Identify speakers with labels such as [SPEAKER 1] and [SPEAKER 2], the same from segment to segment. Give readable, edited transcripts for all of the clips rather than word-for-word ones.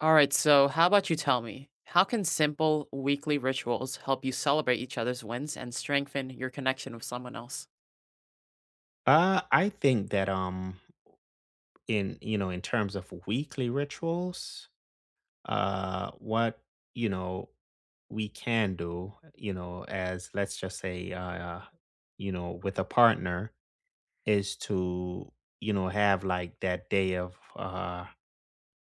[SPEAKER 1] All right, so how about you tell me, how can simple weekly rituals help you celebrate each other's wins and strengthen your connection with someone else?
[SPEAKER 2] I think that in you know in terms of weekly rituals, what you know we can do, as let's just say with a partner is to have like that day of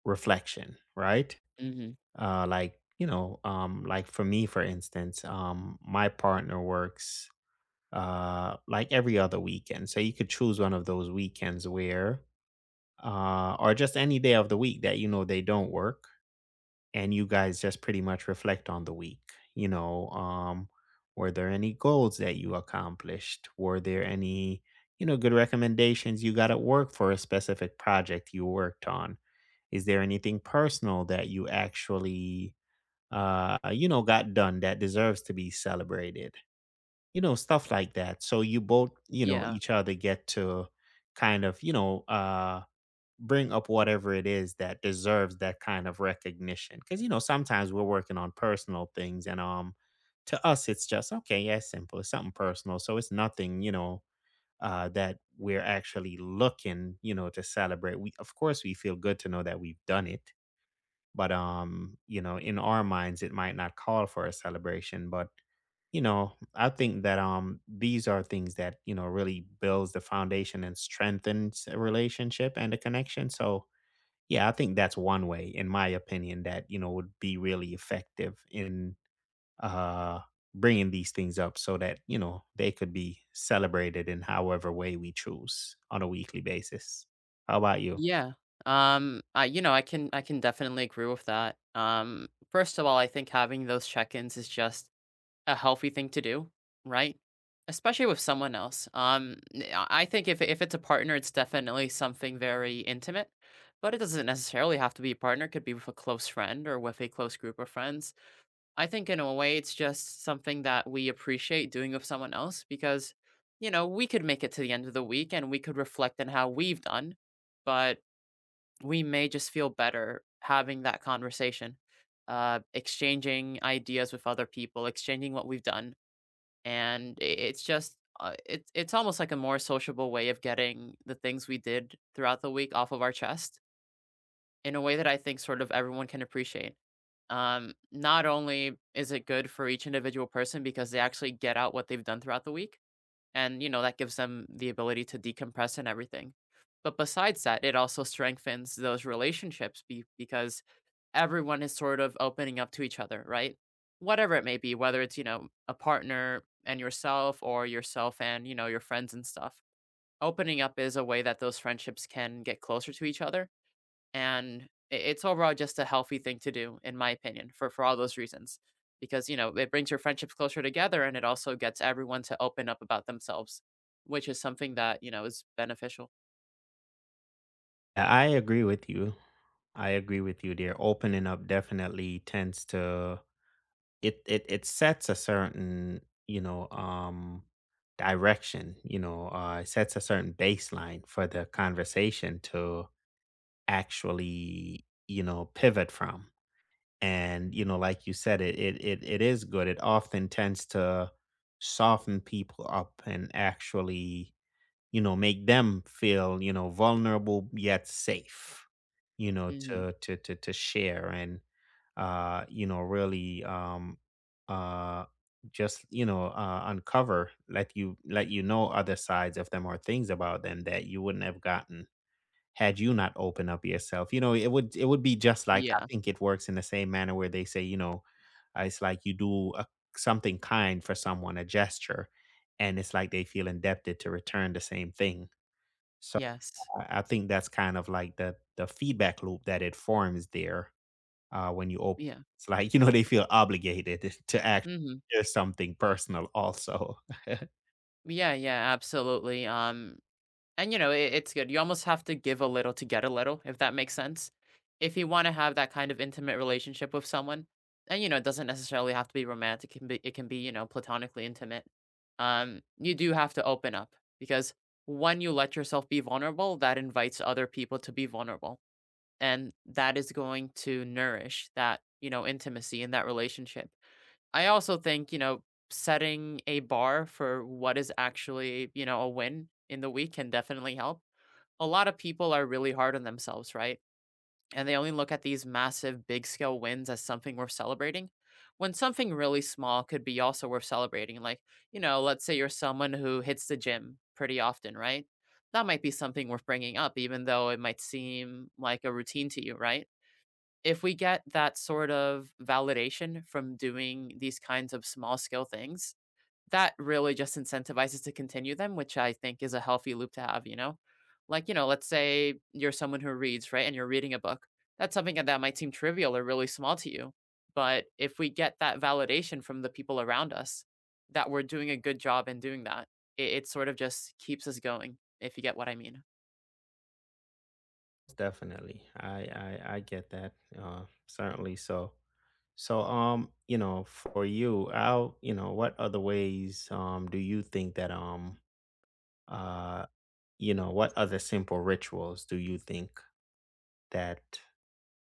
[SPEAKER 2] reflection, right?
[SPEAKER 1] Mhm.
[SPEAKER 2] Like like for me for instance, my partner works like every other weekend. So you could choose one of those weekends where or just any day of the week that they don't work, and you guys just pretty much reflect on the week. you know um were there any goals that you accomplished? Were there any, good recommendations you got at work for a specific project you worked on? Is there anything personal that you actually, got done that deserves to be celebrated, stuff like that, so you both,
[SPEAKER 1] Yeah.
[SPEAKER 2] each other, get to kind of, bring up whatever it is that deserves that kind of recognition. Because, sometimes we're working on personal things, and to us it's just okay, yeah, it's simple. It's something personal. So it's nothing, that we're actually looking, to celebrate. We, of course we feel good to know that we've done it. But in our minds it might not call for a celebration. But, I think that these are things that, really builds the foundation and strengthens a relationship and a connection. So yeah, I think that's one way, in my opinion, that, would be really effective in uh, bringing these things up so that, they could be celebrated in however way we choose on a weekly basis. How about you?
[SPEAKER 1] Yeah. I I can definitely agree with that. First of all, I think having those check-ins is just a healthy thing to do, right? Especially with someone else. I think if it's a partner, it's definitely something very intimate, but it doesn't necessarily have to be a partner. It could be with a close friend or with a close group of friends. I think in a way it's just something that we appreciate doing with someone else because, you know, we could make it to the end of the week and we could reflect on how we've done, but we may just feel better having that conversation, exchanging ideas with other people, exchanging what we've done, and it's it's almost like a more sociable way of getting the things we did throughout the week off of our chest in a way that I think sort of everyone can appreciate. Not only is it good for each individual person because they actually get out what they've done throughout the week, and, you know, that gives them the ability to decompress and everything. But besides that, it also strengthens those relationships because everyone is sort of opening up to each other, right? Whatever it may be, whether it's, you know, a partner and yourself or yourself and, you know, your friends and stuff. Opening up is a way that those friendships can get closer to each other, and I it's overall just a healthy thing to do, in my opinion, for all those reasons, because you know it brings your friendships closer together, and it also gets everyone to open up about themselves, which is something that you know is beneficial.
[SPEAKER 2] I agree with you. I agree with you there. Opening up definitely tends to, it sets a certain, you know, um direction, it sets a certain baseline for the conversation to actually, pivot from. And, like you said, it is good. It often tends to soften people up and actually, make them feel, vulnerable yet safe,
[SPEAKER 1] Mhm.
[SPEAKER 2] to share and you know, really uh just you know uncover, let you, know other sides of them or things about them that you wouldn't have gotten had you not open up yourself. You know it would, be just like, I
[SPEAKER 1] Yeah.
[SPEAKER 2] think it works in the same manner where they say, it's like you do something kind for someone, a gesture, and it's like they feel indebted to return the same thing. So
[SPEAKER 1] Yes.
[SPEAKER 2] I think that's kind of like the feedback loop that it forms there, when you open.
[SPEAKER 1] Yeah.
[SPEAKER 2] It's like you know they feel obligated to act.
[SPEAKER 1] Mhm.
[SPEAKER 2] There's something personal also.
[SPEAKER 1] Yeah, yeah, absolutely. And, you know, it's good. You almost have to give a little to get a little, if that makes sense. If you want to have that kind of intimate relationship with someone, and you know, it doesn't necessarily have to be romantic. It can be, you know, platonically intimate. You do have to open up because when you let yourself be vulnerable, that invites other people to be vulnerable, and that is going to nourish that, you know, intimacy in that relationship. I also think, you know, setting a bar for what is actually, you know, a win in the week can definitely help. A lot of people are really hard on themselves, right? And they only look at these massive, big scale wins as something worth celebrating when something really small could be also worth celebrating. Like, you know, let's say you're someone who hits the gym pretty often, right? That might be something worth bringing up, even though it might seem like a routine to you, right? If we get that sort of validation from doing these kinds of small scale things, that really just incentivizes to continue them, which I think is a healthy loop to have, you know? Like, you know, let's say you're someone who reads, right? And you're reading a book. That's something that might seem trivial or really small to you. But if we get that validation from the people around us that we're doing a good job in doing that, it sort of just keeps us going if you get what I mean.
[SPEAKER 2] Definitely, I get that. Certainly so. So, for you, what other ways, do you think that, uh, what other simple rituals do you think that,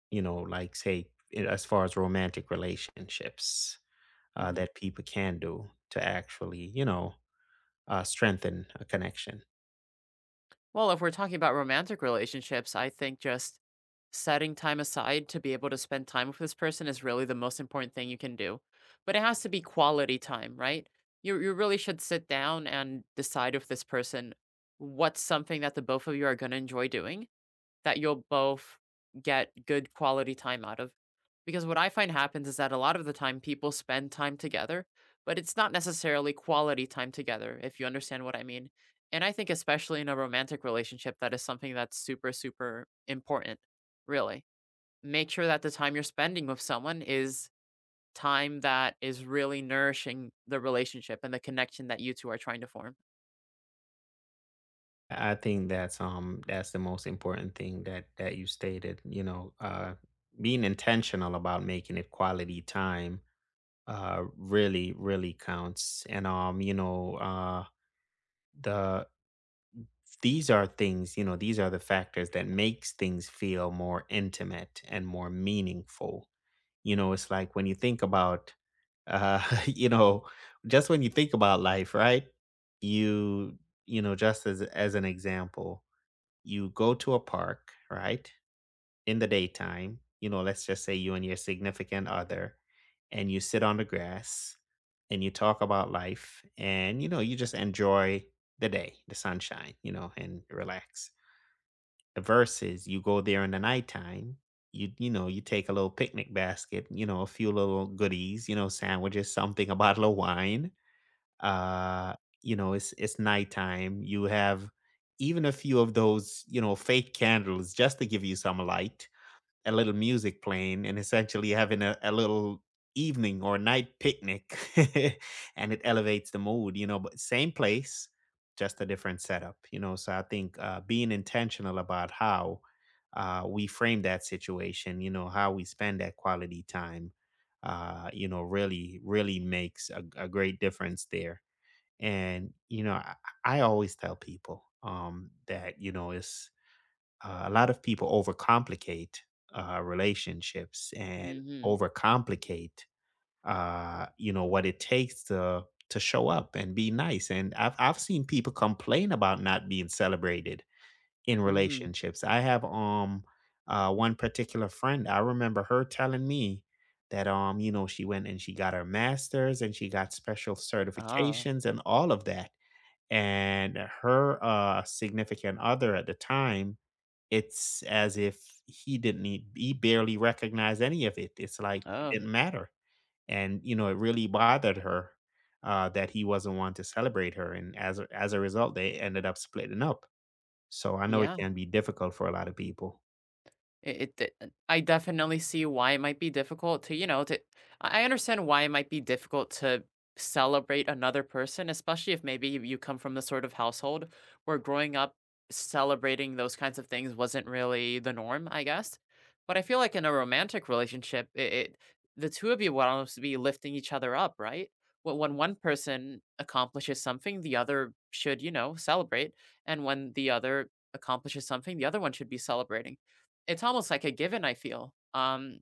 [SPEAKER 2] like say, as far as romantic relationships,
[SPEAKER 1] Mhm.
[SPEAKER 2] that people can do to actually, strengthen a connection?
[SPEAKER 1] Well, if we're talking about romantic relationships, I think just setting time aside to be able to spend time with this person is really the most important thing you can do. But it has to be quality time, right? You really should sit down and decide with this person what's something that the both of you are going to enjoy doing that you'll both get good quality time out of. Because what I find happens is that a lot of the time people spend time together, but it's not necessarily quality time together, if you understand what I mean. And I think, especially in a romantic relationship, that is something that's super, super important, really. Make sure that the time you're spending with someone is time that is really nourishing the relationship and the connection that you two are trying to form.
[SPEAKER 2] I think that's the most important thing that, you stated, being intentional about making it quality time really really counts. And the these are things, these are the factors that makes things feel more intimate and more meaningful. You know, it's like when you think about, uh you know just when you think about life, right? you you know, just as an example, you go to a park, right? In the daytime, you know, let's just say you and your significant other, and you sit on the grass and you talk about life, and, you know, you just enjoy the day, the sunshine, you know, and relax. Versus you go there in the nighttime, you know, you take a little picnic basket, you know, a few little goodies, you know, sandwiches, something, a bottle of wine. Uh, you know, it's, nighttime. You have even a few of those, you know, fake candles just to give you some light, a little music playing, and essentially having a little evening or night picnic, and it elevates the mood, you know, but same place, just a different setup. You know, so I think, being intentional about how, we frame that situation, you know, how we spend that quality time, you know, really really makes a great difference there. And I always tell people, that you know it's, a lot of people overcomplicate, relationships and
[SPEAKER 1] Mm
[SPEAKER 2] overcomplicate, you know, what it takes to, show up and be nice. And I've seen people complain about not being celebrated in
[SPEAKER 1] hmm. Mm hmm.
[SPEAKER 2] relationships. I have, one particular friend. I remember her telling me that you know she went and she got her masters and she got special
[SPEAKER 1] Oh,
[SPEAKER 2] certifications and all of that. And her, significant other at the time, it's as if he didn't e he barely recognized any of it. It's like it
[SPEAKER 1] oh,
[SPEAKER 2] didn't matter, and, you know, it really bothered her, that he wasn't one to celebrate her, and as a result, they ended up splitting up. So I know it
[SPEAKER 1] yeah.
[SPEAKER 2] can be difficult for a lot of people.
[SPEAKER 1] It d I definitely see why it might be difficult to, you know, to I understand why it might be difficult to celebrate another person, especially if maybe you come from the sort of household where growing up, celebrating those kinds of things wasn't really the norm, I guess. But I feel like in a romantic relationship, it the 2 of you would almost be lifting each other up, right? Wh When one person accomplishes something, the other should, you know, celebrate, and when the other accomplishes something, the other one should be celebrating. It's almost like a given, I feel.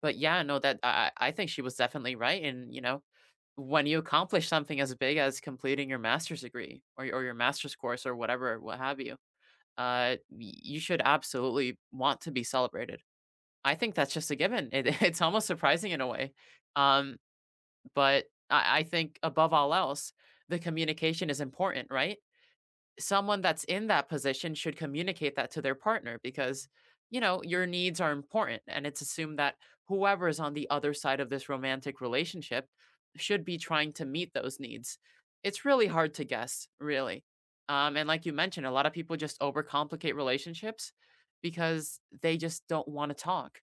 [SPEAKER 1] But yeah, no, that I I think she was definitely right. And you know, when you accomplish something as big as completing your master's degree or your master's course or whatever, what have you, you should absolutely want to be celebrated. I think that's just a given. It, it's almost surprising in a way. Um, but I think above all else, the communication is important, right? Someone that's in that position should communicate that to their partner, because you know your needs are important, and it's assumed that whoever is on the other side of this romantic relationship should be trying to meet those needs. It's really hard to guess, really. And like you mentioned, a lot of people just overcomplicate relationships because they just don't want to talk.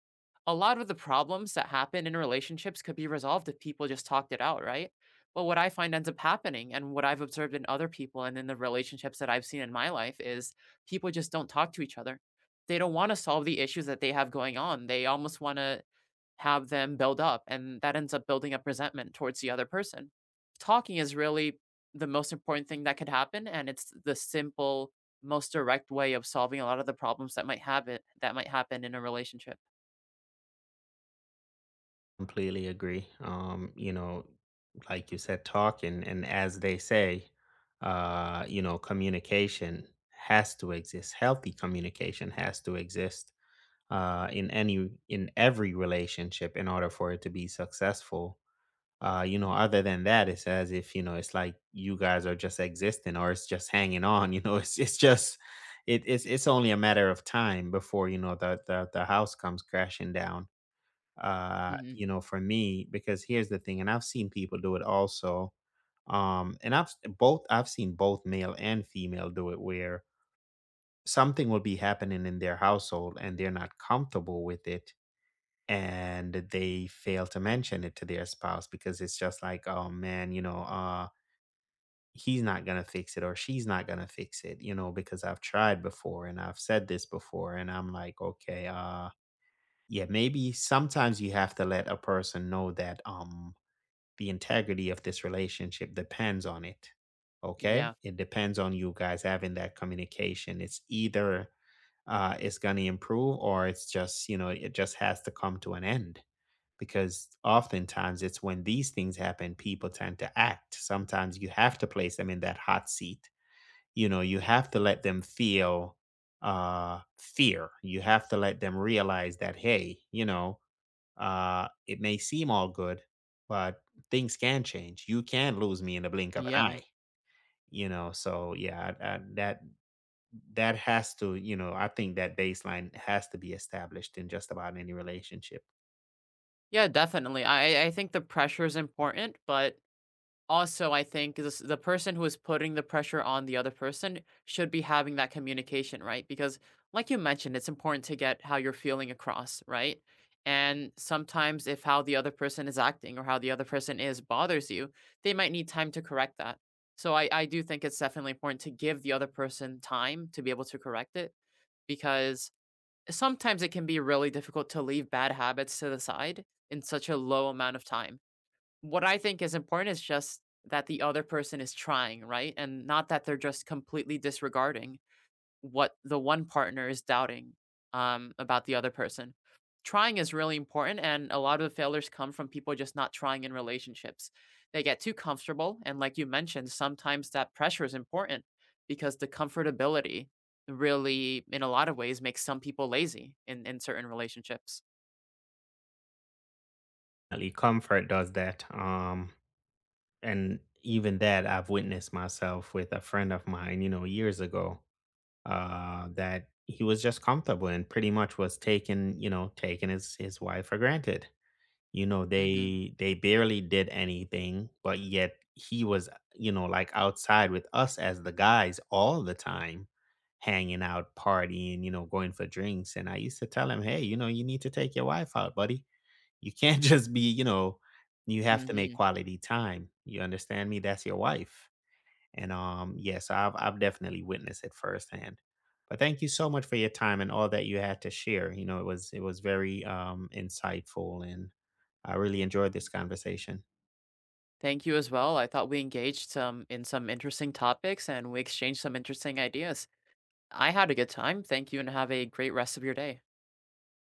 [SPEAKER 1] A lot of the problems that happen in relationships could be resolved if people just talked it out, right? Well, what I find ends up happening, and what I've observed in other people and in the relationships that I've seen in my life is people just don't talk to each other. They don't want to solve the issues that they have going on. They almost want to have them build up, and that ends up building up resentment towards the other person. Talking is really the most important thing that could happen, and it's the simple, most direct way of solving a lot of the problems that might have it that might happen in a relationship.
[SPEAKER 2] Completely agree. You know, like you said, talking, and as they say, you know, communication has to exist. Healthy communication has to exist, in any, in every relationship in order for it to be successful. You know, other than that, it's as if, you know, it's like you guys are just existing, or it's just hanging on. You know, it's just it's it's only a matter of time before you know the house comes crashing down.
[SPEAKER 1] Hmm.
[SPEAKER 2] You know, for me, because here's the thing, and I've seen people do it also. Both, I've seen both male and female do it, where something will be happening in their household and they're not comfortable with it, and they fail to mention it to their spouse, because it's just like, oh man, you know, he's not going to fix it, or she's not going to fix it, you know, because I've tried before, and I've said this before, and I'm like, okay, yeah, maybe sometimes you have to let a person know that the integrity of this relationship depends on it. Okay?
[SPEAKER 1] Yeah,
[SPEAKER 2] It depends on you guys having that communication. It's either, it's going to improve, or it's just, you know, it just has to come to an end, because oftentimes it's when these things happen, people tend to act. Sometimes you have to place them in that hot seat. You know, you have to let them feel, fear. You have to let them realize that, hey, you know, it may seem all good, but things can change. You can lose me in the blink of an eye.
[SPEAKER 1] yeah,
[SPEAKER 2] You know, so yeah, that has to, you know, I think that baseline has to be established in just about any relationship.
[SPEAKER 1] yeah, definitely. I think the pressure is important, but also, I think this the person who is putting the pressure on the other person should be having that communication, right? Because like you mentioned, it's important to get how you're feeling across, right? And sometimes if how the other person is acting or how the other person is bothers you, they might need time to correct that. So I do think it's definitely important to give the other person time to be able to correct it, because sometimes it can be really difficult to leave bad habits to the side in such a low amount of time. What I think is important is just that the other person is trying, right? And not that they're just completely disregarding what the one partner is doubting about the other person. Trying is really important. And a lot of the failures come from people just not trying in relationships. They get too comfortable. And like you mentioned, sometimes that pressure is important because the comfortability really, in a lot of ways, makes some people lazy in certain relationships.
[SPEAKER 2] Definitely. Comfort does that. And even that I've witnessed myself with a friend of mine, you know, years ago, that he was just comfortable and pretty much was taking, you know, taking his wife for granted. You know,
[SPEAKER 1] Hmm.
[SPEAKER 2] they barely did anything, but yet he was, you know, like outside with us as the guys all the time, hanging out, partying, you know, going for drinks. And I used to tell him, hey, you know, you need to take your wife out, buddy, you can't just be, you know, you have to make
[SPEAKER 1] Hmm.
[SPEAKER 2] quality time. You understand me? That's your wife. And yes, I've definitely witnessed it firsthand. But thank you so much for your time and all that you had to share. You know, it was very insightful, and I really enjoyed this conversation.
[SPEAKER 1] Thank you as well. I thought we engaged some in some interesting topics and we exchanged some interesting ideas. I had a good time. Thank you and have a great rest of your day.